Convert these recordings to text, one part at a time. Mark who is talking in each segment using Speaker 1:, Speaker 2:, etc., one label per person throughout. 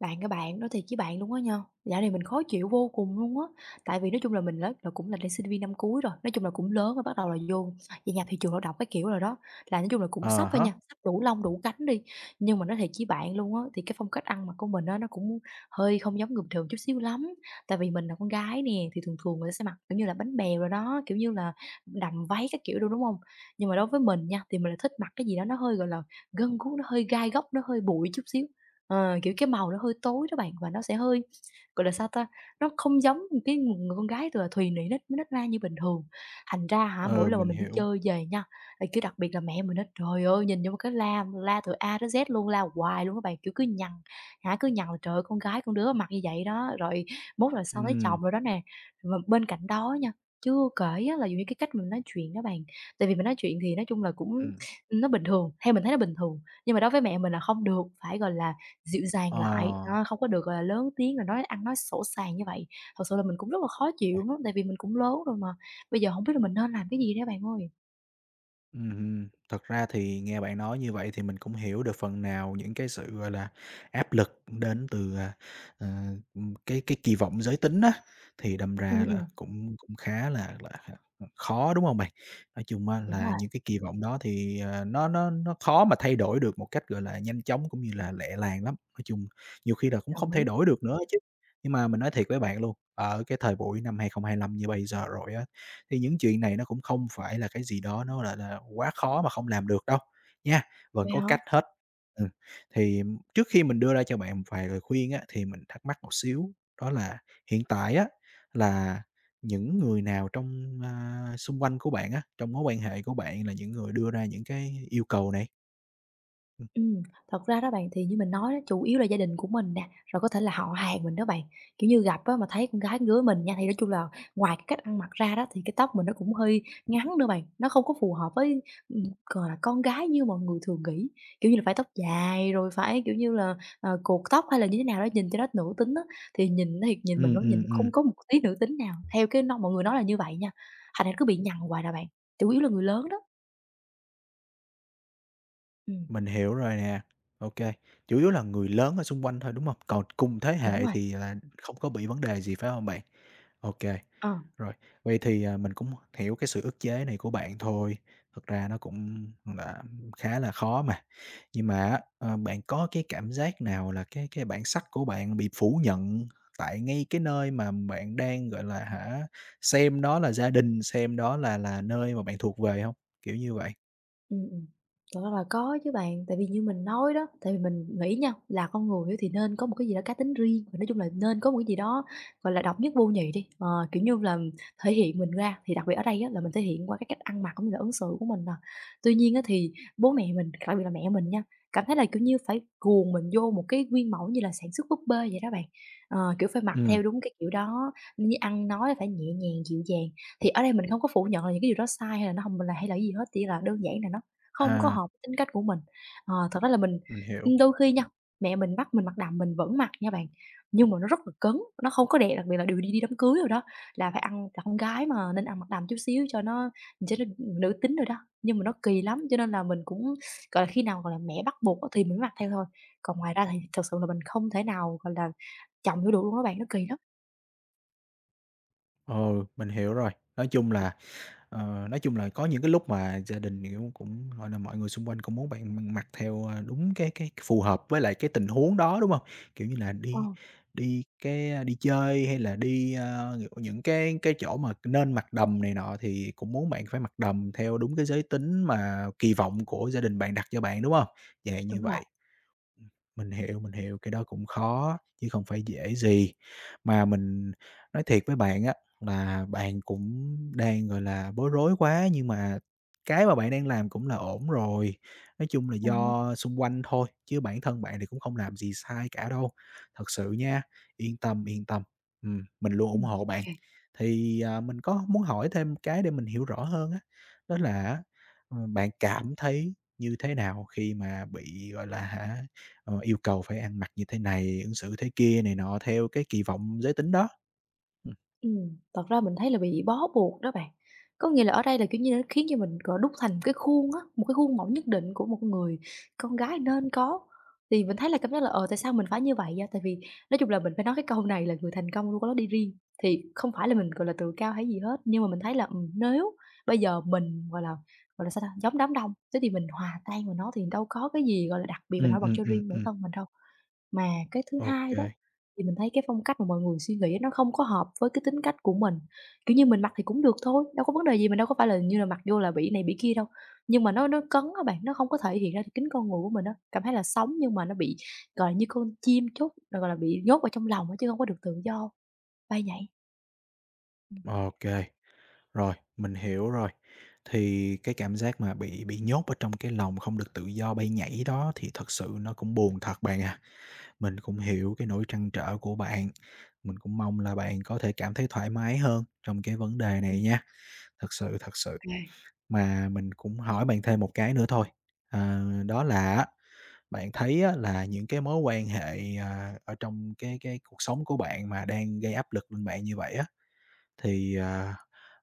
Speaker 1: Bạn ơi bạn, nói thiệt với bạn luôn á nha, dạo này mình khó chịu vô cùng luôn á. Tại vì nói chung là mình là cũng là đang sinh viên năm cuối rồi, nói chung là cũng lớn rồi, bắt đầu là vô về nhà thị trường lao động cái kiểu rồi đó. Là nói chung là cũng
Speaker 2: Ờ
Speaker 1: sắp thôi
Speaker 2: há.
Speaker 1: nha, sắp đủ lông đủ cánh đi. Nhưng mà nói thiệt với bạn luôn á, thì cái phong cách ăn mặc của mình á, nó cũng hơi không giống người bình thường chút xíu lắm. Tại vì mình là con gái nè, thì thường thường người ta sẽ mặc kiểu như là bánh bèo rồi đó, kiểu như là đầm váy các kiểu luôn đúng không? Nhưng mà đối với mình nha, thì mình là thích mặc cái gì đó nó hơi gọi là gân guốc, nó hơi gai góc, nó hơi bụi chút xíu. Kiểu, cái màu nó hơi tối đó bạn, và nó sẽ hơi, gọi là, sao ta, nó không giống một cái người người con gái từ thùy nị nết nết na như bình thường. Thành ra hả, mỗi
Speaker 2: Ừ,
Speaker 1: lần mà
Speaker 2: mình
Speaker 1: mình đi
Speaker 2: hiểu.
Speaker 1: chơi về nha, là, kiểu, đặc biệt là mẹ mình á, trời ơi, nhìn vô cái la la từ A tới Z luôn, la hoài luôn các bạn, kiểu, cứ nhằn, hả, cứ nhằn là "Trời ơi, con gái con đứa mặc như vậy đó, rồi mốt là sao lấy
Speaker 2: Ừm.
Speaker 1: chồng" rồi đó nè. Mà bên cạnh đó nha, chưa kể á là, dù như, cái cách mình nói chuyện đó bạn, tại vì mình nói chuyện thì nói chung là cũng
Speaker 2: Ừm.
Speaker 1: nó bình thường, theo mình thấy nó bình thường, nhưng mà đối với mẹ mình là không được, phải, gọi là dịu dàng
Speaker 2: Ờ.
Speaker 1: lại, đó, không có được, gọi là, lớn tiếng rồi nói ăn nói sổ sàng như vậy, thật sự là mình cũng rất là khó chịu á, tại vì mình cũng lớn rồi mà. Bây giờ hổng biết là mình nên làm cái gì đây bạn ơi?
Speaker 2: Thật ra thì nghe bạn nói như vậy thì mình cũng hiểu được phần nào những cái sự, gọi là, áp lực đến từ, ờ, cái kỳ vọng giới tính á, thì đâm
Speaker 1: Ừm,
Speaker 2: ra là
Speaker 1: ừm.
Speaker 2: cũng cũng khá là khó, đúng không bạn? Nói chung á
Speaker 1: Đúng
Speaker 2: là
Speaker 1: rồi,
Speaker 2: những cái kỳ vọng đó thì, nó khó mà thay đổi được một cách, gọi là, nhanh chóng cũng như là lẹ làng lắm, nói chung nhiều khi là cũng không
Speaker 1: đồng
Speaker 2: thay
Speaker 1: ý.
Speaker 2: đổi được nữa chứ. Nhưng mà mình nói thiệt với bạn luôn, ở cái thời buổi năm 2025 như bây giờ rồi á thì những chuyện này nó cũng không phải là cái gì đó nó, gọi là, quá khó mà không làm được đâu, nha, vẫn
Speaker 1: Vậy
Speaker 2: có
Speaker 1: hả?
Speaker 2: cách hết. Ừm, thì trước khi mình đưa ra cho bạn một vài lời khuyên á, thì mình thắc mắc một xíu, đó là hiện tại á, là những người nào trong, xung quanh của bạn á, trong mối quan hệ của bạn là những người đưa ra những cái yêu cầu này? Ừm,
Speaker 1: Ừm, thật ra đó bạn thì như mình nói đó, chủ yếu là gia đình của mình nè, rồi có thể là họ hàng mình đó bạn. Kiểu như, gặp á mà thấy con gái ngứa mình nha, thì nói chung là ngoài cái cách ăn mặc ra đó thì cái tóc mình nó cũng hơi ngắn nữa bạn, nó không có phù hợp với, gọi là, con gái như mọi người thường nghĩ. Kiểu như là phải tóc dài rồi phải, kiểu như là, cột tóc hay là như thế nào đó nhìn cho nó nữ tính á, thì nhìn nói thiệt nhìn mình
Speaker 2: ừm,
Speaker 1: nó
Speaker 2: ừm,
Speaker 1: nhìn
Speaker 2: ừm,
Speaker 1: không có một tí nữ tính nào, theo cái no mọi người nói là như vậy nha, thành ra cứ bị nhằn hoài à bạn, chủ yếu là người lớn đó. Ừm,
Speaker 2: mình hiểu rồi nè. OK, chủ yếu là người lớn ở xung quanh thôi, đúng không? Còn cùng thế
Speaker 1: đúng
Speaker 2: hệ
Speaker 1: rồi,
Speaker 2: thì là không có bị vấn đề gì, phải không bạn? OK.
Speaker 1: ờ.
Speaker 2: Rồi, vậy thì, mình cũng hiểu cái sự ức chế này của bạn thôi, thực ra nó cũng là khá là khó mà. Nhưng mà á, bạn có cái cảm giác nào là cái bản sắc của bạn bị phủ nhận tại ngay cái nơi mà bạn đang, gọi là, hả, xem đó là gia đình, xem đó là nơi mà bạn thuộc về không? Kiểu như vậy.
Speaker 1: Ừm, ừm. Thật ra là có chứ bạn, tại vì như mình nói đó, tại vì mình nghĩ nha, là con người á thì nên có một cái gì đó cá tính riêng, và nói chung là nên có một cái gì đó, gọi là, độc nhất vô nhị đi, kiểu như là, thể hiện mình ra. Thì đặc biệt ở đây á là mình thể hiện qua cái cách ăn mặc cũng như là ứng xử của mình nè. Tuy nhiên á thì bố mẹ mình, đặc biệt là mẹ mình nha, cảm thấy là, kiểu như, phải cuồng mình vô một cái nguyên mẫu như là sản xuất búp bê vậy đó bạn, kiểu, phải mặc
Speaker 2: Ừm.
Speaker 1: theo đúng cái kiểu đó, như ăn nói phải nhẹ nhàng, dịu dàng. Thì ở đây mình không có phủ nhận là những cái điều đó sai hay là nó không là hay là cái gì hết, chỉ là đơn giản là nó không có
Speaker 2: À,
Speaker 1: hợp với tính cách của mình. Thật ra là mình
Speaker 2: mình hiểu,
Speaker 1: đôi khi nha, mẹ mình bắt mình mặc đầm mình vẫn mặc nha bạn, nhưng mà nó rất là cứng, nó không có đẹp, đặc biệt là điều đi đi đám cưới rồi đó, là phải ăn là con gái mà nên ăn mặc đầm chút xíu cho nó nữ tính rồi đó. Nhưng mà nó kỳ lắm, cho nên là mình cũng, gọi là, khi nào, gọi là, mẹ bắt buộc á thì mình mới mặc theo thôi, còn ngoài ra thì thật sự là mình không thể nào, gọi là, chồng vô được luôn á bạn, nó kỳ lắm.
Speaker 2: ừ, mình hiểu rồi. Nói chung là có những cái lúc mà gia đình, kiểu, cũng, gọi là, mọi người xung quanh cũng muốn bạn mặc theo, đúng cái phù hợp với lại cái tình huống đó, đúng không? Kiểu như là,
Speaker 1: Ờ,
Speaker 2: đi đi cái, ờ, đi chơi hay là đi, kiểu, những cái chỗ mà nên mặc đầm này nọ thì cũng muốn bạn phải mặc đầm theo đúng cái giới tính mà kỳ vọng của gia đình bạn đặt cho bạn, đúng không? Dạng như
Speaker 1: đúng rồi,
Speaker 2: vậy. Mình hiểu, cái đó cũng khó chứ không phải dễ gì. Mà mình nói thiệt với bạn á là bạn cũng đang, gọi là, bối rối quá, nhưng mà cái mà bạn đang làm cũng là ổn rồi. Nói chung là
Speaker 1: vậy hả?
Speaker 2: do xung quanh thôi, chứ bản thân bạn thì cũng không làm gì sai cả đâu. Thật sự nha, yên tâm, mình luôn ủng
Speaker 1: Ừm,
Speaker 2: hộ bạn.
Speaker 1: OK.
Speaker 2: Thì, mình có muốn hỏi thêm cái để mình hiểu rõ hơn á, đó là á, bạn cảm thấy như thế nào khi mà bị, gọi là, hả yêu cầu phải ăn mặc như thế này, ứng xử thế kia này nọ theo cái kỳ vọng giới tính đó. Ừ,
Speaker 1: Thật ra mình thấy là bị bó buộc đó bạn. Có nghĩa là ở đây là, kiểu như, nó khiến cho mình, gọi, đúc thành một cái khuôn á, một cái khuôn mẫu nhất định của một người con gái nên có. Thì mình thấy là cảm giác là, tại sao mình phải như vậy vậy? Tại vì nói chung là mình phải nói cái câu này là "Người thành công luôn có lối đi riêng." Thì không phải là mình, gọi là, tự cao hay gì hết, nhưng mà mình thấy là, nếu bây giờ mình, gọi là, sao ta, giống đám đông, thế thì mình hòa tan vào nó thì đâu có cái gì, gọi là, đặc biệt mình
Speaker 2: ừ,
Speaker 1: nổi bật
Speaker 2: ừ,
Speaker 1: cho
Speaker 2: ừ,
Speaker 1: riêng bản thân mình đâu. Mà cái thứ
Speaker 2: ok
Speaker 1: hai
Speaker 2: kê,
Speaker 1: đó, thì mình thấy cái phong cách mà mọi người suy nghĩ nó không có hợp với cái tính cách của mình. Kiểu như, mình mặc thì cũng được thôi, đâu có vấn đề gì, mình đâu có phải là như là mặc vô là bị này bị kia đâu. Nhưng mà nó cấn các bạn, nó không có thể hiện ra được chính con người của mình á, cảm thấy là sống nhưng mà nó bị, gọi là, như con chim chóc, rồi, gọi là, bị nhốt vào trong lòng á chứ không có được tự do, bay nhảy. Ừm.
Speaker 2: rồi, mình hiểu rồi. Thì cái cảm giác mà bị nhốt ở trong cái lồng không được tự do bay nhảy đó thì thật sự nó cũng buồn thật bạn à. Mình cũng hiểu cái nỗi trăn trở của bạn, mình cũng mong là bạn có thể cảm thấy thoải mái hơn trong cái vấn đề
Speaker 1: Ừm,
Speaker 2: này nha. Thật sự, thật sự.
Speaker 1: à.
Speaker 2: Mà mình cũng hỏi bạn thêm một cái nữa thôi, đó là á, bạn thấy á là những cái mối quan hệ, ở trong cái cuộc sống của bạn mà đang gây áp lực lên bạn như vậy á, thì,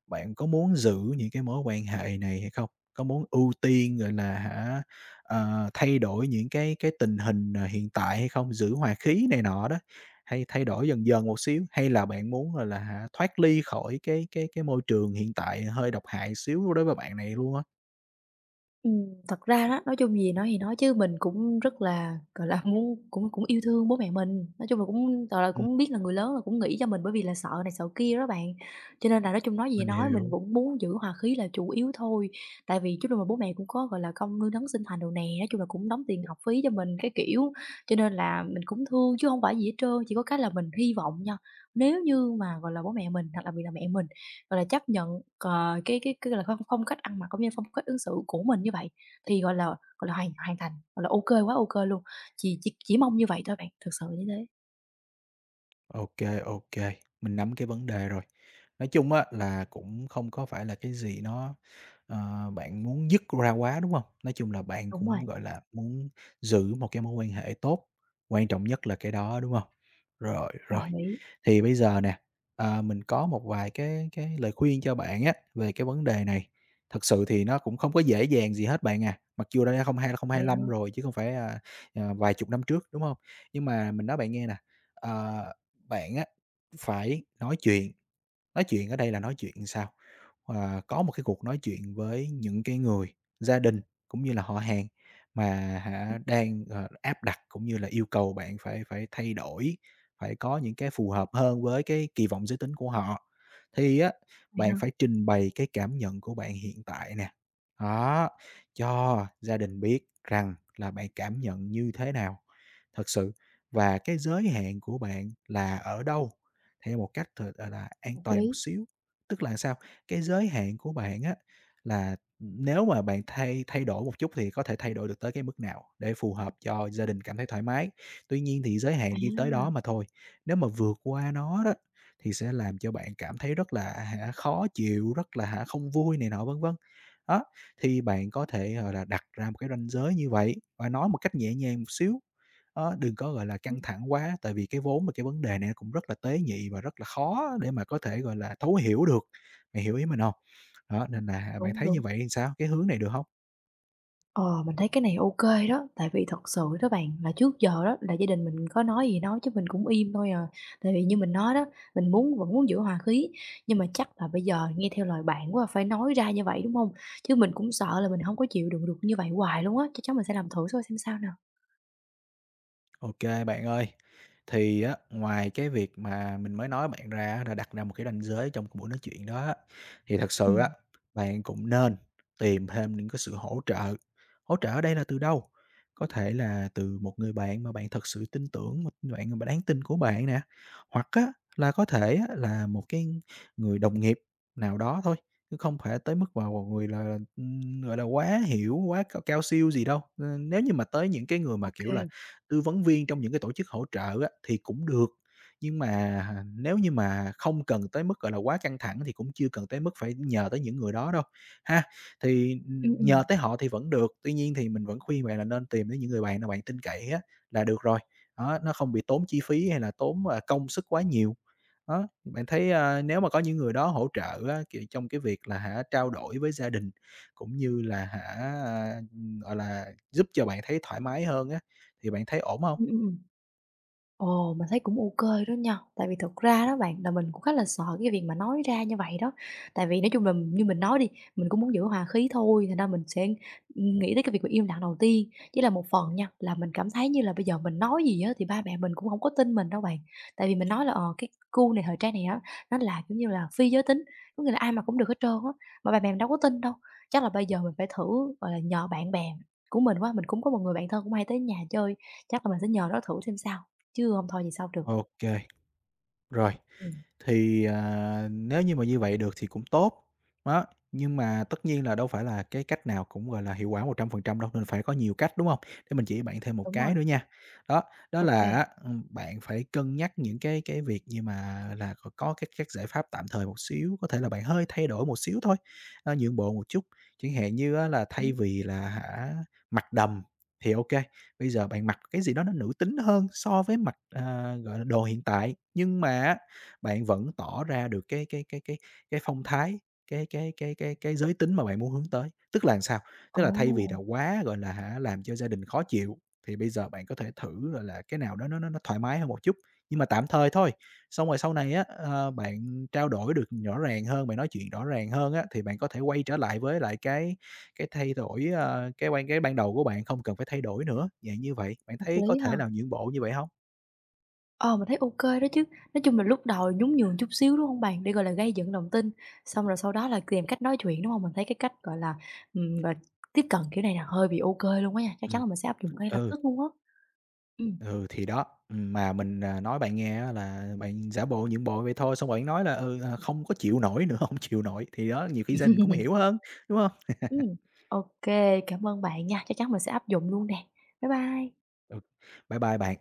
Speaker 2: bạn có muốn giữ những cái mối quan hệ này hay không? Có muốn ưu tiên, gọi là, hả, thay đổi những cái tình hình, hiện tại hay không? Giữ hòa khí này nọ đó, hay thay đổi dần dần một xíu? Hay là bạn muốn, gọi là hả, thoát ly khỏi cái môi trường hiện tại hơi độc hại xíu đối với bạn này luôn á?
Speaker 1: Thật ra đó, nói chung gì nói thì nói chứ mình cũng rất là, gọi là, muốn cũng cũng yêu thương bố mẹ mình, nói chung là cũng, gọi là,
Speaker 2: Ừm,
Speaker 1: cũng biết là người lớn là cũng nghĩ cho mình bởi vì là sợ này sợ kia đó bạn. Cho nên là nói chung nói gì
Speaker 2: mình
Speaker 1: nói mình
Speaker 2: hiểu.
Speaker 1: vẫn muốn giữ hòa khí là chủ yếu thôi, tại vì chút nào mà bố mẹ cũng có, gọi là, công nuôi nấng sinh thành đồ nè, nói chung là cũng đóng tiền học phí cho mình cái kiểu, cho nên là mình cũng thương chứ không phải gì hết trơn. Chỉ có cái là mình hy vọng nha, nếu như mà, gọi là, bố mẹ mình hoặc là, vì là mẹ mình gọi là, chấp nhận, cái cái, là, phong phong cách ăn mặc cũng như phong cách ứng xử của mình như vậy thì, gọi là, hoàn hoàn thành, gọi là, ok quá ok luôn, chỉ mong như vậy thôi bạn, thực sự như thế.
Speaker 2: OK OK, mình nắm cái vấn đề rồi. Nói chung á là cũng không có phải là cái gì nó, bạn muốn dứt ra quá, đúng không? Nói chung là bạn
Speaker 1: Đúng rồi,
Speaker 2: cũng, gọi là, muốn giữ một cái mối quan hệ tốt, quan trọng nhất là cái đó, đúng không? Rồi, rồi,
Speaker 1: đồng ý,
Speaker 2: thì bây giờ nè, mình có một vài cái lời khuyên cho bạn á về cái vấn đề này. Thật sự thì nó cũng không có dễ dàng gì hết bạn à, mặc dù đây
Speaker 1: vậy
Speaker 2: 2020-2025
Speaker 1: hơn
Speaker 2: rồi chứ không phải, vài chục năm trước, đúng không? Nhưng mà mình nói bạn nghe nè, ờ bạn á, phải nói chuyện. Nói chuyện ở đây là nói chuyện sao? Ờ, có một cái cuộc nói chuyện với những cái người, gia đình cũng như là họ hàng mà hả đang, áp đặt cũng như là yêu cầu bạn phải phải thay đổi, phải có những cái phù hợp hơn với cái kỳ vọng giới tính của họ. Thì á,
Speaker 1: vậy
Speaker 2: bạn
Speaker 1: hơn,
Speaker 2: phải trình bày cái cảm nhận của bạn hiện tại nè, đó, cho gia đình biết rằng là bạn cảm nhận như thế nào thật sự và cái giới hạn của bạn là ở đâu theo một cách thật, là, an
Speaker 1: hợp
Speaker 2: toàn một
Speaker 1: lý.
Speaker 2: xíu. Tức là sao? Cái giới hạn của bạn á là nếu mà bạn thay thay đổi một chút thì có thể thay đổi được tới cái mức nào để phù hợp cho gia đình cảm thấy thoải mái. Tuy nhiên thì giới
Speaker 1: À,
Speaker 2: hạn chỉ tới đó mà thôi. Nếu mà vượt qua nó đó thì sẽ làm cho bạn cảm thấy rất là hả, khó chịu, rất là hả, không vui này nọ vân vân. Đó, thì bạn có thể, gọi là, đặt ra một cái ranh giới như vậy và nói một cách nhẹ nhàng một xíu. Đó, đừng có, gọi là, căng thẳng quá, tại vì cái vốn mà cái vấn đề này nó cũng rất là tế nhị và rất là khó để mà có thể, gọi là, thấu hiểu được. Bạn hiểu ý mình không? Đó, nên là bạn
Speaker 1: đúng,
Speaker 2: thấy
Speaker 1: đúng.
Speaker 2: như vậy thì sao? Cái hướng này được không?
Speaker 1: Ờ, mình thấy cái này ok đó, tại vì thật sự đó bạn, là trước giờ đó là gia đình mình có nói gì nói chứ mình cũng im thôi à. Tại vì như mình nói đó, mình muốn vẫn muốn giữ hòa khí, nhưng mà chắc là bây giờ nghe theo lời bạn quá phải nói ra như vậy, đúng không? Chứ mình cũng sợ là mình không có chịu đựng được như vậy hoài luôn á, chắc chắn mình sẽ làm thử thôi xem sao nào.
Speaker 2: OK bạn ơi. Thì á, ngoài cái việc mà mình mới nói bạn ra á, là đặt ra một cái ranh giới trong cái buổi nói chuyện đó á, thì thật sự á,
Speaker 1: Ừm,
Speaker 2: bạn cũng nên tìm thêm những cái sự hỗ trợ. Hỗ trợ ở đây là từ đâu? Có thể là từ một người bạn mà bạn thật sự tin tưởng, một người bạn mà đáng tin của bạn nè, hoặc á, là có thể á, là một cái người đồng nghiệp nào đó thôi, chứ không phải tới mức vào một người là, gọi là, quá hiểu, quá cao cao siêu gì đâu. Ờ, nếu như mà tới những cái người
Speaker 1: ô
Speaker 2: mà, kiểu
Speaker 1: kê.
Speaker 2: là tư vấn viên trong những cái tổ chức hỗ trợ á, thì cũng được, nhưng mà nếu như mà không cần tới mức, gọi là, quá căng thẳng thì cũng chưa cần tới mức phải nhờ tới những người đó đâu, ha. Thì,
Speaker 1: Ừm, ừm.
Speaker 2: nhờ tới họ thì vẫn được, tuy nhiên thì mình vẫn khuyên bạn là nên tìm đến những người bạn nào bạn tin cậy á là được rồi, đó, nó không bị tốn chi phí hay là tốn, công sức quá nhiều. Đó, bạn thấy, nếu mà có những người đó hỗ trợ á, kiểu, trong cái việc là hả, trao đổi với gia đình cũng như là hả, à, gọi là, giúp cho bạn thấy thoải mái hơn á thì bạn thấy ổn hông?
Speaker 1: Ừm, Ồ, mình thấy cũng ok đó nha, tại vì thật ra đó bạn, là mình cũng khá là sợ cái việc mà nói ra như vậy đó. Tại vì nói chung là như mình nói đi, mình cũng muốn giữ hòa khí thôi, thành ra mình sẽ, nghĩ tới cái việc mà im lặng đầu tiên. Chỉ là một phần nha, là mình cảm thấy như là bây giờ mình nói gì á thì ba mẹ mình cũng không có tin mình đâu bạn. Tại vì mình nói là, cái cu này, thời trang này á, nó là, kiểu như là, phi giới tính, có nghĩa là ai mà cũng được hết trơn á, mà ba mẹ mình đâu có tin đâu. Chắc là bây giờ mình phải thử, gọi là, nhờ bạn bè của mình quá, mình cũng có một người bạn thân cũng hay tới nhà chơi, chắc là mình sẽ nhờ nó thử xem sao. Chứ không thôi thì sao được.
Speaker 2: OK, rồi.
Speaker 1: Ừm,
Speaker 2: Thì, nếu như mà như vậy được thì cũng tốt, đó, nhưng mà tất nhiên là đâu phải là cái cách nào cũng, gọi là, hiệu quả 100% đâu, nên phải có nhiều cách, đúng hông? Để mình chỉ bạn thêm một
Speaker 1: đúng rồi,
Speaker 2: cái nữa nha. Đó, đó
Speaker 1: ok kê.
Speaker 2: là á, bạn phải cân nhắc những cái việc như mà là có các giải pháp tạm thời một xíu, có thể là bạn hơi thay đổi một xíu thôi, nhượng bộ một chút, chẳng hạn như á là thay vì là hả, mặc đầm thì OK, bây giờ bạn mặc cái gì đó nó nữ tính hơn so với mặc, gọi là, đồ hiện tại, nhưng mà á, bạn vẫn tỏ ra được cái phong thái, cái giới tính mà bạn muốn hướng tới. Tức là làm sao? Tức
Speaker 1: Ồ,
Speaker 2: là thay vì là quá, gọi là hả, làm cho gia đình khó chịu, thì bây giờ bạn có thể thử, gọi là, cái nào đó nó thoải mái hơn một chút, nhưng mà tạm thời thôi. Xong rồi sau này á, bạn trao đổi được rõ ràng hơn, bạn nói chuyện rõ ràng hơn á, thì bạn có thể quay trở lại với lại cái thay đổi, cái ban đầu của bạn không cần phải thay đổi nữa, dạng như vậy. Bạn
Speaker 1: hợp
Speaker 2: thấy có
Speaker 1: lý ha.
Speaker 2: thể nào nhượng bộ như vậy không?
Speaker 1: Ờ, mình thấy ok đó chứ. Nói chung là lúc đầu nhún nhường chút xíu, đúng không bạn? Để, gọi là, gây dựng lòng tin, xong rồi sau đó là tìm cách nói chuyện, đúng không? Mình thấy cái cách, gọi là, gọi là tiếp cận kiểu này là hơi bị ok luôn á nha, chắc chắn
Speaker 2: Ừm,
Speaker 1: là mình sẽ áp dụng ngay lập
Speaker 2: ừ,
Speaker 1: tức luôn á. Ừm,
Speaker 2: ừ, thì đó, mà mình, nói bạn nghe á là bạn giả bộ nhượng bộ vậy thôi, xong bạn nói là, không có chịu nổi nữa, không chịu nổi, thì đó, nhiều khi gia đình cũng hiểu hơn, đúng không?
Speaker 1: ừm, ô cảm ơn bạn nha, chắc chắn mình sẽ áp dụng luôn nè. Bye bye.
Speaker 2: Ừ, bye bye bạn.